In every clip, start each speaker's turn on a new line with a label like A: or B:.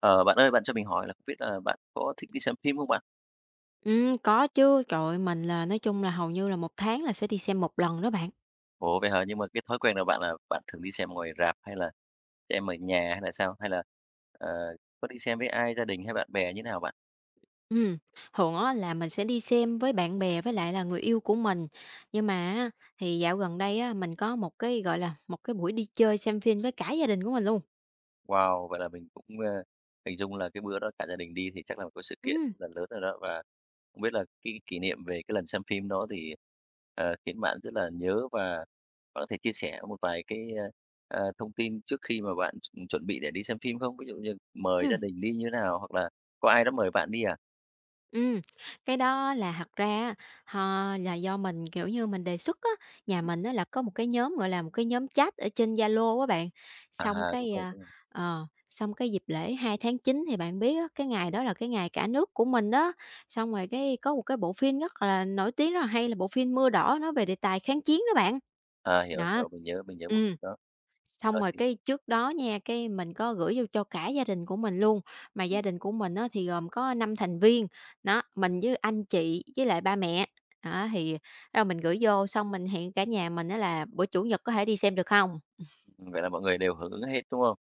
A: Ờ, bạn ơi, bạn cho mình hỏi là không biết là bạn có thích đi xem phim không bạn?
B: Có chứ. Trời ơi, mình nói chung là hầu như là một tháng là sẽ đi xem một lần đó bạn.
A: Ồ, vậy hả? Nhưng mà cái thói quen là bạn thường đi xem ngoài rạp hay là xem ở nhà hay là sao? Hay là ờ, có đi xem với ai, gia đình hay bạn bè như thế nào bạn?
B: Ừm, Thường á là mình sẽ đi xem với bạn bè với lại là người yêu của mình. Nhưng mà á, thì dạo gần đây á, mình có một cái, gọi là, một cái buổi đi chơi xem phim với cả gia đình của mình luôn.
A: Wow! Vậy là mình cũng, hình dung là cái bữa đó cả gia đình đi thì chắc là một cái sự kiện
B: Ừm,
A: rất là lớn rồi đó. Và không biết là cái kỷ niệm về cái lần xem phim đó thì, khiến bạn rất là nhớ và bạn có thể chia sẻ một vài cái, thông tin trước khi mà bạn chuẩn bị để đi xem phim không? Ví dụ như mời gia
B: ừm.
A: đình đi như thế nào hoặc là có ai đó mời bạn đi à?
B: Ừm, cái đó là thật ra á, ho là do mình, kiểu như, mình đề xuất á, nhà mình á là có một cái nhóm, gọi là, một cái nhóm chat ở trên Zalo á bạn.
A: À,
B: Xong
A: đúng
B: cái,
A: rồi, đúng rồi.
B: xong cái dịp lễ 2 tháng 9 thì bạn biết á, cái ngày đó là cái ngày cả nước của mình đó. Xong rồi cái có một cái bộ phim rất là nổi tiếng, rất là hay là bộ phim Mưa Đỏ, nói về đề tài kháng chiến đó bạn.
A: À, hiểu,
B: Đó.
A: hiểu, mình nhớ bộ
B: ừ
A: phim đó.
B: Xong
A: Ờ,
B: rồi
A: thì
B: cái trước đó nha, cái mình có gửi vô cho cả gia đình của mình luôn, mà
A: Ừm.
B: gia đình của mình á thì gồm có 5 thành viên, đó, mình với anh chị với lại ba mẹ. Đó, thì rồi mình gửi vô xong mình hẹn cả nhà mình đó là: "Bữa Chủ nhật có thể đi xem được không?"
A: Vậy là mọi người đều hưởng ứng hết, đúng không?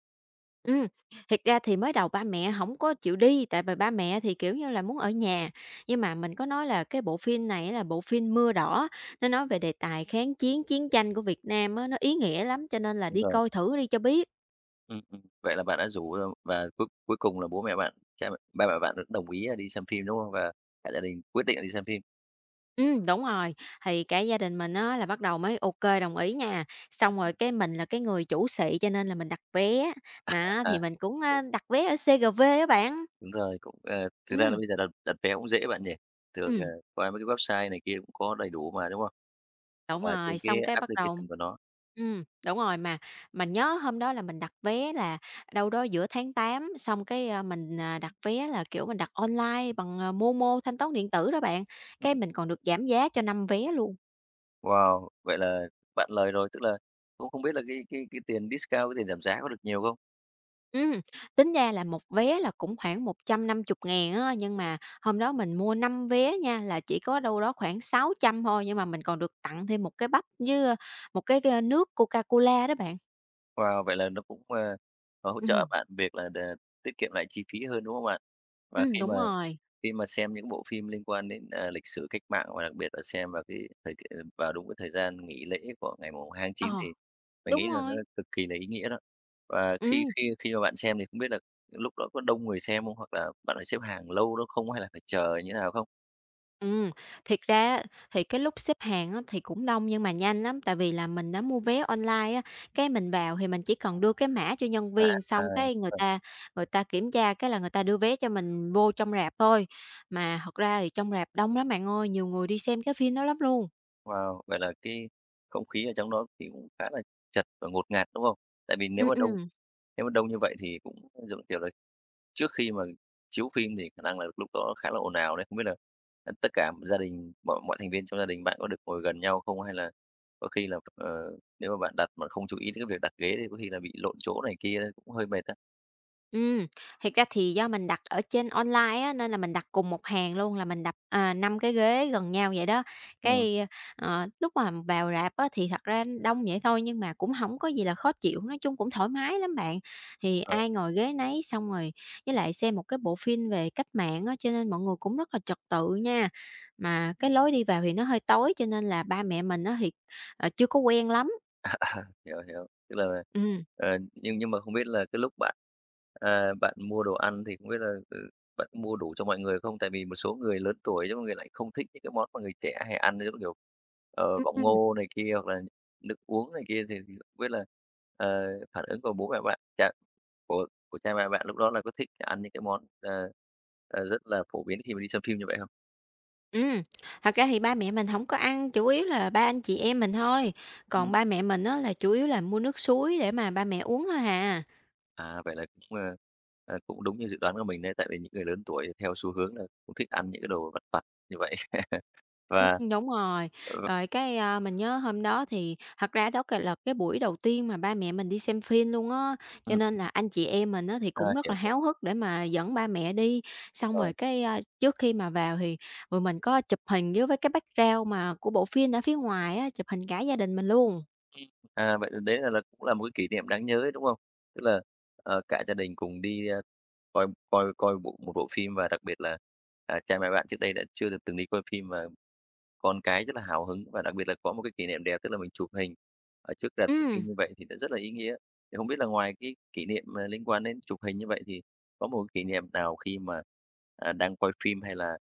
B: Ừm, Thiệt ra thì mới đầu ba mẹ không có chịu đi, tại vì ba mẹ thì, kiểu như là, muốn ở nhà, nhưng mà mình có nói là cái bộ phim này là bộ phim Mưa Đỏ, nó nói về đề tài kháng chiến, chiến tranh của Việt Nam á, nó ý nghĩa lắm, cho nên là:
A: Đúng
B: "Đi
A: rồi.
B: coi thử đi cho biết."
A: Vậy là bạn đã rủ, và cuối cuối cùng là bố mẹ bạn, cha mẹ ba mẹ bạn cũng đồng ý là đi xem phim, đúng không? Và cả gia đình quyết định là đi xem phim.
B: Đúng rồi, thì cả gia đình mình á là bắt đầu mới OK, đồng ý nha. Xong rồi cái mình là cái người chủ xị cho nên là mình đặt vé, đó,
A: À,
B: thì mình cũng,
A: ừ,
B: đặt vé ở CGV á bạn.
A: đúng rồi, cũng, thực ra là
B: Ừm,
A: bây giờ đặt đặt vé cũng dễ bạn nhỉ? Thường,
B: ừm,
A: qua mấy cái website này kia cũng có đầy đủ mà, đúng không?
B: đúng
A: Hoặc là
B: rồi,
A: trên cái
B: xong cái bắt đầu
A: application của nó.
B: đúng rồi, mà nhớ hôm đó là mình đặt vé là đâu đó giữa tháng 8 xong cái, mình, đặt vé là, kiểu, mình đặt online bằng, Momo, thanh toán điện tử đó bạn,
A: Ừm.
B: cái mình còn được giảm giá cho 5 vé luôn.
A: Wow! Vậy là bạn lời rồi, tức là cũng không biết là cái tiền discount, cái tiền giảm giá có được nhiều không?
B: Ừm, Tính ra là một vé là cũng khoảng 150.000 á, nhưng mà hôm đó mình mua 5 vé nha, là chỉ có đâu đó khoảng 600 thôi, nhưng mà mình còn được tặng thêm một cái bắp với, một cái, nước Coca-Cola đó bạn.
A: Wow! Vậy là nó cũng, hỗ trợ
B: Ừm,
A: bạn việc là tiết kiệm lại chi phí hơn, đúng không bạn? Và khi
B: đúng
A: mà
B: rồi.
A: Khi mà xem những bộ phim liên quan đến, lịch sử cách mạng và đặc biệt là xem vào cái thời k ờ, vào đúng cái thời gian nghỉ lễ của ngày mùng 2 tháng 9
B: Ờ,
A: thì mình
B: đúng
A: nghĩ là nó
B: rồi.
A: cực kỳ là ý nghĩa đó. Và khi
B: Ừm.
A: khi khi mà bạn xem thì không biết là lúc đó có đông người xem không? Hoặc là bạn phải xếp hàng lâu đó không? Hay là phải chờ như thế nào không?
B: Ừm, Thiệt ra á, thì cái lúc xếp hàng á, thì cũng đông nhưng mà nhanh lắm, tại vì là mình đã mua vé online á, cái mình vào thì mình chỉ cần đưa cái mã cho nhân
A: Mà á
B: viên,
A: à,
B: xong cái người
A: vâng,
B: ta người ta kiểm tra cái là người ta đưa vé cho mình vô trong rạp thôi. Mà thật ra thì trong rạp đông lắm bạn ơi, nhiều người đi xem cái phim đó lắm luôn.
A: wow, vậy là cái không khí ở trong đó thì cũng khá là chật và ngột ngạt, đúng không? Tại vì nếu
B: Ừm,
A: mà đông
B: ừm.
A: nếu mà đông như vậy thì cũng, giống kiểu là, trước khi mà chiếu phim thì khả năng là lúc đó khá là ồn ào đấy, không biết là, tất cả gia đình mọi mọi thành viên trong gia đình bạn có được ngồi gần nhau không? Hay là có khi là, nếu mà bạn đặt mà không chú ý đến cái việc đặt ghế thì có khi là bị lộn chỗ này kia đấy, cũng hơi mệt á.
B: Ừm, Thiệt ra thì do mình đặt ở trên online á, nên là mình đặt cùng một hàng luôn, là mình đặt, 5 cái ghế gần nhau vậy đó.
A: Ờ.
B: Cái, lúc mà vào rạp á, thì thật ra đông vậy thôi nhưng mà cũng không có gì là khó chịu, nói chung cũng thoải mái lắm bạn. Thì
A: Ờ.
B: ai ngồi ghế nấy, xong rồi với lại xem một cái bộ phim về cách mạng á, cho nên mọi người cũng rất là trật tự nha. Mà cái lối đi vào thì nó hơi tối, cho nên là ba mẹ mình á, thì, chưa có quen lắm.
A: Hiểu, hiểu. Tức là,
B: Ừm,
A: nhưng mà không biết là cái lúc bạn, bạn mua đồ ăn thì không biết là, bạn mua đủ cho mọi người không? Tại vì một số người lớn tuổi nhưng mà người lại không thích những cái món mà người trẻ hay ăn, giống kiểu, bỏng
B: ừm.
A: ngô này kia hoặc là nước uống này kia, thì không biết là, ờ, phản ứng của bố mẹ bạn, cha của cha mẹ bạn lúc đó là có thích ăn những cái món, rất là phổ biến khi mà đi xem phim như vậy
B: Ừ, thật ra thì ba mẹ mình không có ăn, chủ yếu là ba anh chị em mình thôi, còn
A: không?
B: ba mẹ mình á là chủ yếu là mua nước suối để mà ba mẹ uống thôi hà.
A: À, vậy là cũng, cũng đúng như dự đoán của mình đấy, tại vì những người lớn tuổi theo xu hướng là cũng thích ăn những cái đồ vặt vặt như vậy và
B: Đúng rồi,
A: ờ,
B: rồi cái, mình nhớ hôm đó thì thật ra đó c là cái buổi đầu tiên mà ba mẹ mình đi xem phim luôn á, cho
A: ừm,
B: nên là anh chị em mình á thì
A: À,
B: cũng rất
A: hiểu,
B: là
A: hiểu,
B: háo hức để mà dẫn ba mẹ đi.
A: đúng
B: Xong
A: rồi.
B: rồi cái, trước khi mà vào thì tụi mình có chụp hình với cái background mà của bộ phim ở phía ngoài á, chụp hình cả gia đình mình luôn.
A: Ừm, à, vậy đấy là cũng là một cái kỷ niệm đáng nhớ đấy, đúng không? Tức là, cả gia đình cùng đi, coi coi coi một bộ phim và đặc biệt là, cha mẹ bạn trước đây đã chưa được từng đi coi phim và còn cái rất là hào hứng và đặc biệt là có một cái kỷ niệm đẹp, tức là mình chụp hình ở trước rạp chiếu
B: Ừ,
A: phim như vậy thì nó rất là ý nghĩa. Thì không biết là ngoài cái kỷ niệm, liên quan đến chụp hình như vậy thì có một cái kỷ niệm nào khi mà, đang quay phim hay là,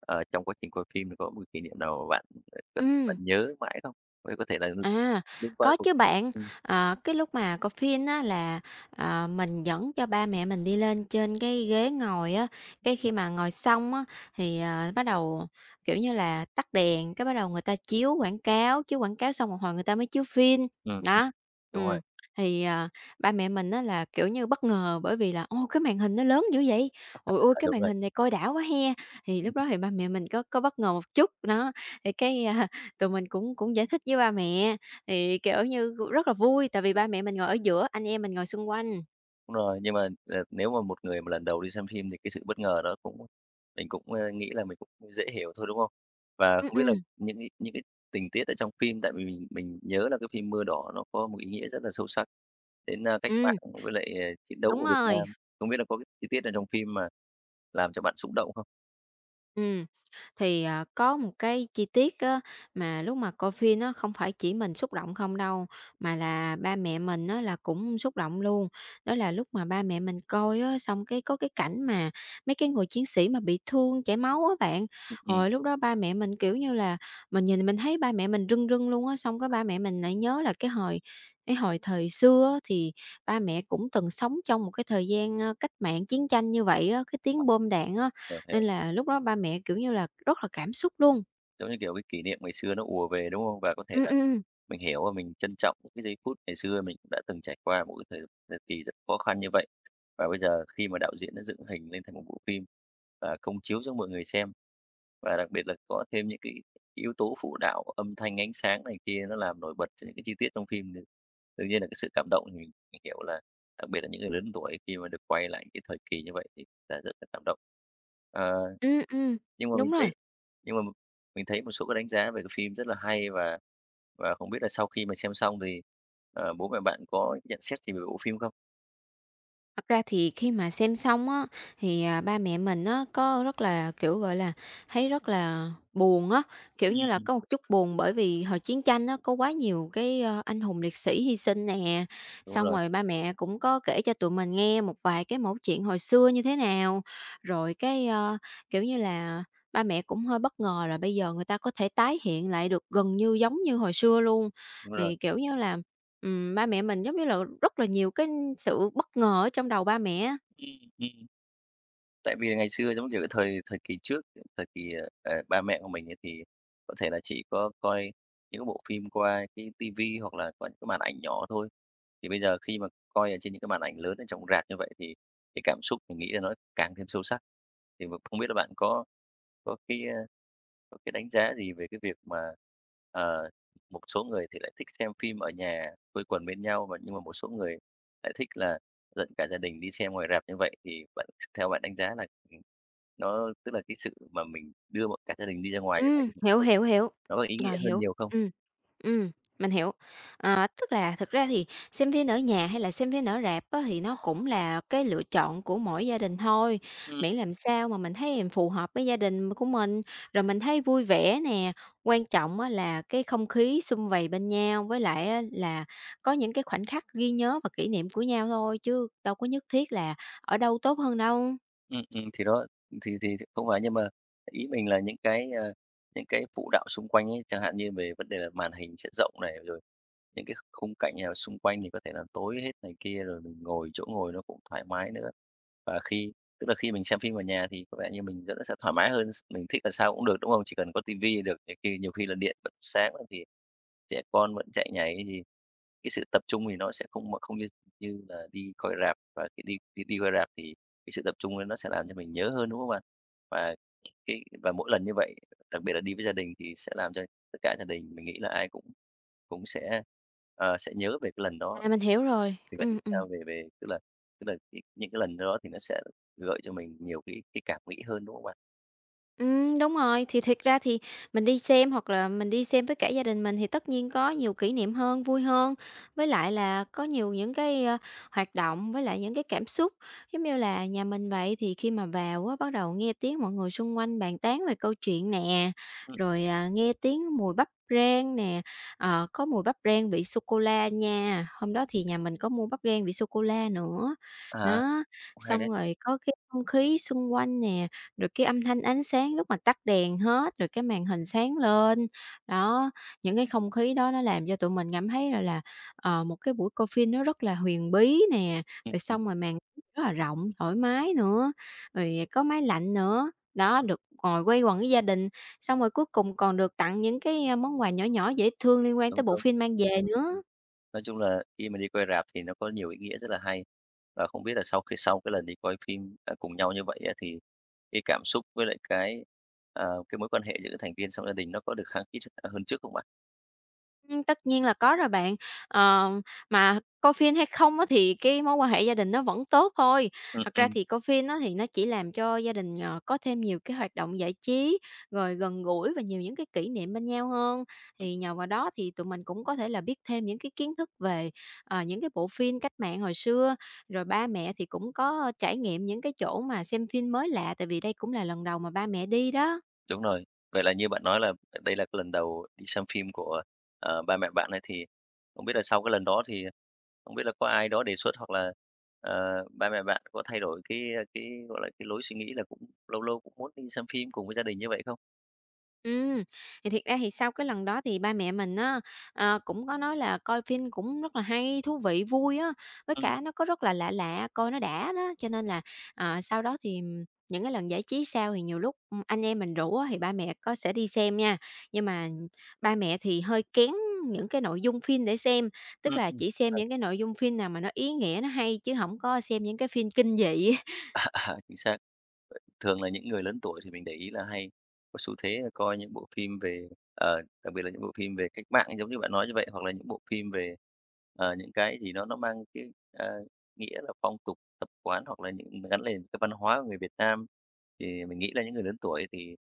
A: trong quá trình quay phim thì có một kỷ niệm nào mà bạn, có thể bạn
B: ừ.
A: nhớ mãi không? Có thể là
B: À,
A: liên quan đến
B: có
A: cuộc
B: chứ bạn.
A: ừm,
B: Ờ, cái lúc mà coi phim á là, mình dẫn cho ba mẹ mình đi lên trên cái ghế ngồi á, cái
A: Ừm.
B: khi mà ngồi xong á thì, bắt đầu, kiểu như là, tắt đèn, cái bắt đầu người ta chiếu quảng cáo xong một hồi người ta mới chiếu phim,
A: Ừm,
B: đó.
A: đúng
B: Ừm,
A: rồi,
B: thì, ba mẹ mình á là, kiểu như, bất ngờ bởi vì là: "Ô, cái màn hình nó lớn dữ vậy? Ôi ôi,
A: à,
B: cái
A: đúng
B: màn hình này coi đã quá he!" Thì
A: rồi.
B: lúc đó thì ba mẹ mình có bất ngờ một chút, đó, thì cái, tụi mình cũng cũng giải thích với ba mẹ, thì, kiểu như, rất là vui, tại vì ba mẹ mình ngồi ở giữa, anh em mình ngồi xung quanh.
A: Đúng rồi, nhưng mà, nếu mà một người mà lần đầu đi xem phim thì cái sự bất ngờ đó cũng mình cũng, nghĩ là mình cũng dễ hiểu thôi, đúng không? Và
B: Ừm,
A: không biết là
B: ừm,
A: những cái tình tiết ở trong phim tại vì mình nhớ là cái phim Mưa Đỏ nó có một ý nghĩa rất là sâu sắc đến, cách
B: ừm,
A: mạng với lại, chiến đấu
B: đúng
A: của Việt
B: rồi.
A: Nam. Không biết là có cái chi tiết nào trong phim mà làm cho bạn xúc động không?
B: Ừ thì, có một cái chi tiết á, mà lúc mà coi phim nó không phải chỉ mình xúc động không đâu, mà là ba mẹ mình á là cũng xúc động luôn. Đó là lúc mà ba mẹ mình coi á, xong cái có cái cảnh mà mấy cái người chiến sĩ mà bị thương chảy máu á bạn.
A: Hiểu,
B: Hồi lúc đó ba mẹ mình, kiểu như là, mình nhìn mình thấy ba mẹ mình rưng rưng luôn á. Xong cái ba mẹ mình lại nhớ là cái hồi thời xưa á, thì ba mẹ cũng từng sống trong một cái thời gian, cách mạng, chiến tranh như vậy á, cái tiếng bom đạn á,
A: hiểu.
B: nên là lúc đó ba mẹ, kiểu như là, rất là cảm xúc luôn.
A: Giống như kiểu cái kỷ niệm ngày xưa nó ùa về, đúng không? Và có thể
B: Ừm,
A: là
B: ừm,
A: mình hiểu và mình trân trọng những cái giây phút ngày xưa mình cũng đã từng trải qua một cái thời thời kỳ rất khó khăn như vậy. Và bây giờ khi mà đạo diễn đã dựng hình lên thành một bộ phim và công chiếu cho mọi người xem, và đặc biệt là có thêm những cái yếu tố phụ đạo, âm thanh, ánh sáng này kia nó làm nổi bật cho những cái chi tiết trong phim nữa. Đương nhiên là cái sự cảm động thì mình hiểu là đặc biệt là những người lớn tuổi khi mà được quay lại cái thời kỳ như vậy thì là rất là cảm động. Ờ,
B: ừm, ừm,
A: nhưng mà mình
B: đúng
A: thấy
B: rồi.
A: nhưng mà mình thấy một số cái đánh giá về cái phim rất là hay và không biết là sau khi mà xem xong thì, bố mẹ bạn có nhận xét gì về bộ phim không?
B: Thật ra thì khi mà xem xong á, thì, ba mẹ mình á có rất là, kiểu, gọi là, thấy rất là buồn á, kiểu như là,
A: Ừm.
B: có một chút buồn bởi vì hồi chiến tranh á có quá nhiều cái, anh hùng liệt sĩ hy sinh nè.
A: Đúng
B: Xong
A: rồi,
B: rồi ba mẹ cũng có kể cho tụi mình nghe một vài cái mẩu chuyện hồi xưa như thế nào, rồi cái, kiểu như là, ba mẹ cũng hơi bất ngờ là bây giờ người ta có thể tái hiện lại được gần như giống như hồi xưa luôn.
A: đúng rồi.
B: Thì, kiểu như là ừm, ba mẹ mình giống như là rất là nhiều cái sự bất ngờ ở trong đầu ba mẹ.
A: Ừm, ừm. Tại vì ngày xưa, giống kiểu, cái thời thời kỳ trước, thời kỳ, ờ, ờ, ba mẹ của mình ấy thì có thể là chỉ có coi những cái bộ phim qua cái tivi hoặc là qua những cái màn ảnh nhỏ thôi. Thì bây giờ khi mà coi ở trên những cái màn ảnh lớn ở trong rạp như vậy thì cái cảm xúc mình nghĩ là nó càng thêm sâu sắc. Thì không biết là bạn có cái, ơ, có cái đánh giá gì về cái việc mà, ờ, một số người thì lại thích xem phim ở nhà quây quần bên nhau, và nhưng mà một số người lại thích là dẫn cả gia đình đi xem ngoài rạp như vậy thì theo bạn đánh giá là, ừ, nó tức là cái sự mà mình đưa bọn cả gia đình đi ra ngoài như vậy thì nó
B: Hiểu,
A: có
B: hiểu, hiểu.
A: nó có ý nghĩa
B: Rồi,
A: hơn
B: hiểu.
A: nhiều không?
B: Ừm, ừm, mình hiểu. Ờ, tức là thực ra thì xem phim ở nhà hay là xem phim ở rạp á, thì nó cũng là cái lựa chọn của mỗi gia đình thôi, miễn làm sao mà mình thấy phù hợp với gia đình của mình, rồi mình thấy vui vẻ nè. Quan trọng á là cái không khí sum vầy bên nhau, với lại á là có những cái khoảnh khắc ghi nhớ và kỷ niệm của nhau thôi, chứ đâu có nhất thiết là ở đâu tốt hơn đâu.
A: Thì đó, thì không phải, nhưng mà ý mình là những cái, những cái phụ đạo xung quanh ấy, chẳng hạn như về vấn đề là màn hình sẽ rộng này, rồi những cái khung cảnh nào xung quanh thì có thể làm tối hết này kia, rồi mình ngồi chỗ ngồi nó cũng thoải mái nữa. Và khi tức là khi mình xem phim ở nhà thì có vẻ như mình rất là sẽ thoải mái hơn, mình thích là sao cũng được, đúng không? Chỉ cần có tivi là được, nhiều khi là điện bật sáng lên thì trẻ con vẫn chạy nhảy thì cái sự tập trung thì nó sẽ không không như như là đi coi rạp, và khi đi đi đi coi rạp thì cái sự tập trung ấy nó sẽ làm cho mình nhớ hơn, đúng không bạn? Và và mỗi lần như vậy, đặc biệt là đi với gia đình thì sẽ làm cho tất cả gia đình mình nghĩ là ai cũng cũng sẽ, ờ, sẽ nhớ về cái lần đó.
B: À, mình hiểu rồi.
A: Thì bạn nghĩ sao về về tức là cái những cái lần đó thì nó sẽ gợi cho mình nhiều cái cảm nghĩ hơn, đúng không bạn?
B: Đúng rồi, thì thiệt ra thì mình đi xem hoặc là mình đi xem với cả gia đình mình thì tất nhiên có nhiều kỷ niệm hơn, vui hơn, với lại là có nhiều những cái, hoạt động với lại những cái cảm xúc. Giống như là nhà mình vậy thì khi mà vào á, bắt đầu nghe tiếng mọi người xung quanh bàn tán về câu chuyện nè,
A: Ừm,
B: rồi, nghe tiếng mùi bắp rang nè, có mùi bắp rang vị sô cô la nha, hôm đó thì nhà mình có mua bắp rang vị sô cô la nữa.
A: à,
B: nó
A: cũng hay đấy.
B: Xong rồi có cái không khí xung quanh nè, rồi cái âm thanh ánh sáng lúc mà tắt đèn hết, rồi cái màn hình sáng lên. Đó, những cái không khí đó nó làm cho tụi mình cảm thấy, rồi là, một cái buổi coi phim nó rất là huyền bí nè,
A: Ừm,
B: rồi
A: ừm,
B: xong rồi màn rất là rộng, thoải mái nữa, rồi có máy lạnh nữa. Đó, được ngồi quây quần với gia đình, xong rồi cuối cùng còn được tặng những cái, món quà nhỏ nhỏ dễ thương liên quan
A: đúng,
B: tới bộ
A: đúng.
B: phim mang về
A: Ừm, ừm.
B: nữa.
A: Nói chung là khi mà đi coi rạp thì nó có nhiều ý nghĩa rất là hay. Và không biết là sau khi sau cái lần đi coi phim, cùng nhau như vậy á, thì cái cảm xúc với lại cái, cái mối quan hệ giữa các thành viên trong gia đình nó có được khăng khít hơn trước không bạn?
B: Tất nhiên là có rồi bạn. Ờ, mà coi phim hay không á thì cái mối quan hệ gia đình nó vẫn tốt thôi.
A: Ừm,
B: Thật ra
A: ừm,
B: thì coi phim á thì nó chỉ làm cho gia đình, có thêm nhiều cái hoạt động giải trí, rồi gần gũi và nhiều những cái kỷ niệm bên nhau hơn.
A: ừm,
B: Thì nhờ vào đó thì tụi mình cũng có thể là biết thêm những cái kiến thức về, những cái bộ phim cách mạng hồi xưa, rồi ba mẹ thì cũng có trải nghiệm những cái chỗ mà xem phim mới lạ, tại vì đây cũng là lần đầu mà ba mẹ đi đó.
A: đúng rồi. Vậy là như bạn nói là đây là cái lần đầu đi xem phim của, ba mẹ bạn ấy, thì không biết là sau cái lần đó thì không biết là có ai đó đề xuất hoặc là, ba mẹ bạn có thay đổi cái cái, gọi là, cái lối suy nghĩ là cũng lâu lâu cũng muốn đi xem phim cùng với gia đình như vậy không?
B: Ừm, thì thiệt ra thì sau cái lần đó thì ba mẹ mình á, cũng có nói là coi phim cũng rất là hay, thú vị, vui á, với
A: Ừm,
B: cả nó có rất là lạ lạ, coi nó đã đó. Cho nên là, sau đó thì những cái lần giải trí sau thì nhiều lúc, anh em mình rủ á thì ba mẹ có sẽ đi xem nha. Nhưng mà ba mẹ thì hơi kén những cái nội dung phim để xem, tức
A: ừm,
B: là
A: ừm.
B: chỉ xem những cái nội dung phim nào mà nó ý nghĩa, nó hay chứ không có xem những cái phim kinh dị.
A: À, à, chính xác. Vậy thường là những người lớn tuổi thì mình để ý là hay có xu thế là coi những bộ phim về, đặc biệt là những bộ phim về cách mạng giống như bạn nói như vậy, hoặc là những bộ phim về, những cái gì nó mang cái, nghĩa là phong tục tập quán hoặc là những gắn liền với cái văn hóa của người Việt Nam. Thì mình nghĩ là những người lớn tuổi thì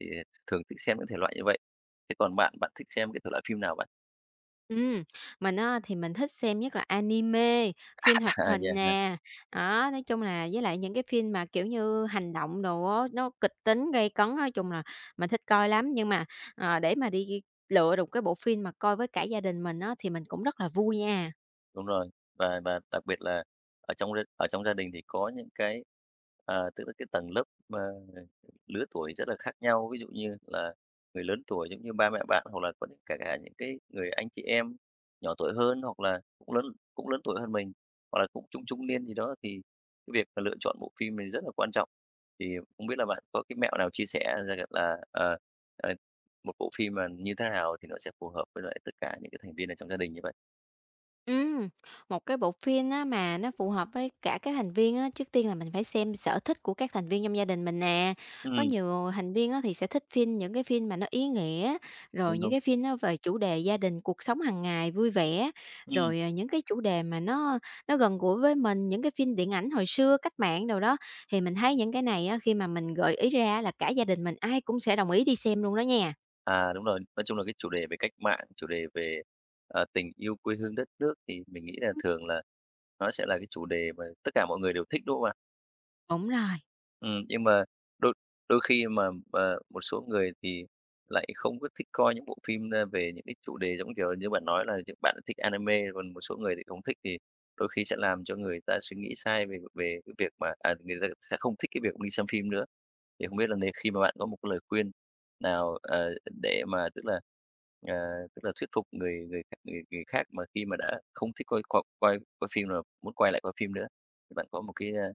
A: thì thường thích xem những thể loại như vậy. Thế còn bạn, bạn thích xem cái thể loại phim nào bạn?
B: Ừ, mình á thì mình thích xem nhất là anime, phim hoạt
A: À,
B: hình nè, đó, nói chung là với lại những cái phim mà, kiểu như, hành động đồ á, nó kịch tính, gay cấn, nói chung là mình thích coi lắm. Nhưng mà, để mà đi lựa được cái bộ phim mà coi với cả gia đình mình á thì mình cũng rất là vui nha.
A: đúng rồi, và đặc biệt là ở trong gia đình thì có những cái, tức là cái tầng lớp, ờ, lứa tuổi rất là khác nhau. Ví dụ như là người lớn tuổi giống như ba mẹ bạn, hoặc là có những cả cả những cái người anh chị em nhỏ tuổi hơn, hoặc là cũng lớn tuổi hơn mình, hoặc là cũng trung trung niên gì đó, thì cái việc mà lựa chọn bộ phim này rất là quan trọng. Thì không biết là bạn có cái mẹo nào chia sẻ ra là, ờ, một bộ phim mà như thế nào thì nó sẽ phù hợp với lại tất cả những cái thành viên ở trong gia đình như vậy?
B: Ừm, Một cái bộ phim á mà nó phù hợp với cả các thành viên á, trước tiên là mình phải xem sở thích của các thành viên trong gia đình mình nè. Có
A: Ừm,
B: nhiều thành viên á thì sẽ thích phim những cái phim mà nó ý nghĩa,
A: đúng,
B: rồi những
A: đúng.
B: cái phim nó về chủ đề gia đình, cuộc sống hàng ngày vui vẻ,
A: Ừm.
B: rồi, những cái chủ đề mà nó gần gũi với mình, những cái phim điện ảnh hồi xưa, cách mạng đâu đó. Thì mình thấy những cái này á, khi mà mình gợi ý ra là cả gia đình mình ai cũng sẽ đồng ý đi xem luôn đó nha.
A: À, đúng rồi. Nói chung là cái chủ đề về cách mạng, chủ đề về, tình yêu quê hương đất nước thì mình nghĩ là
B: Ừm.
A: thường là nó sẽ là cái chủ đề mà tất cả mọi người đều thích, đúng không bạn?
B: Đúng rồi.
A: Nhưng mà đôi đôi khi mà, một số người thì lại không có thích coi những bộ phim, về những cái chủ đề giống, kiểu, như bạn nói là những bạn thích anime, còn một số người thì không thích, thì đôi khi sẽ làm cho người ta suy nghĩ sai về về cái việc mà người ta sẽ không thích cái việc đi xem phim nữa. Thì không biết là nè khi mà bạn có một cái lời khuyên nào, để mà tức là, ờ, tức là thuyết phục người người kh người người khác mà khi mà đã không thích coi coi coi coi phim rồi muốn quay lại coi phim nữa, thì bạn có một cái,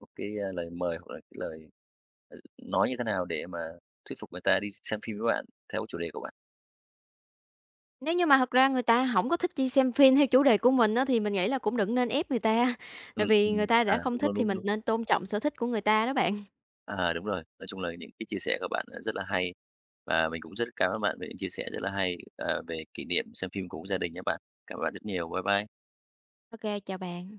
A: một cái, lời mời hoặc là cái lời, ờ, nói như thế nào để mà thuyết phục người ta đi xem phim với bạn theo cái chủ đề của bạn?
B: Nếu như mà thật ra người ta hổng có thích đi xem phim theo chủ đề của mình á, thì mình nghĩ là cũng đừng nên ép người ta,
A: Ừ,
B: tại vì người ta
A: à,
B: đã không
A: đúng
B: thích
A: rồi,
B: thì
A: đúng,
B: mình
A: đúng.
B: nên tôn trọng sở thích của người ta đó bạn.
A: À, đúng rồi, nói chung là những cái chia sẻ của bạn ờ, rất là hay và mình cũng rất cảm ơn bạn về những chia sẻ rất là hay, về kỷ niệm xem phim cùng gia đình nhé bạn. Cảm ơn bạn rất nhiều. Bye bye.
B: Ô kê, chào bạn.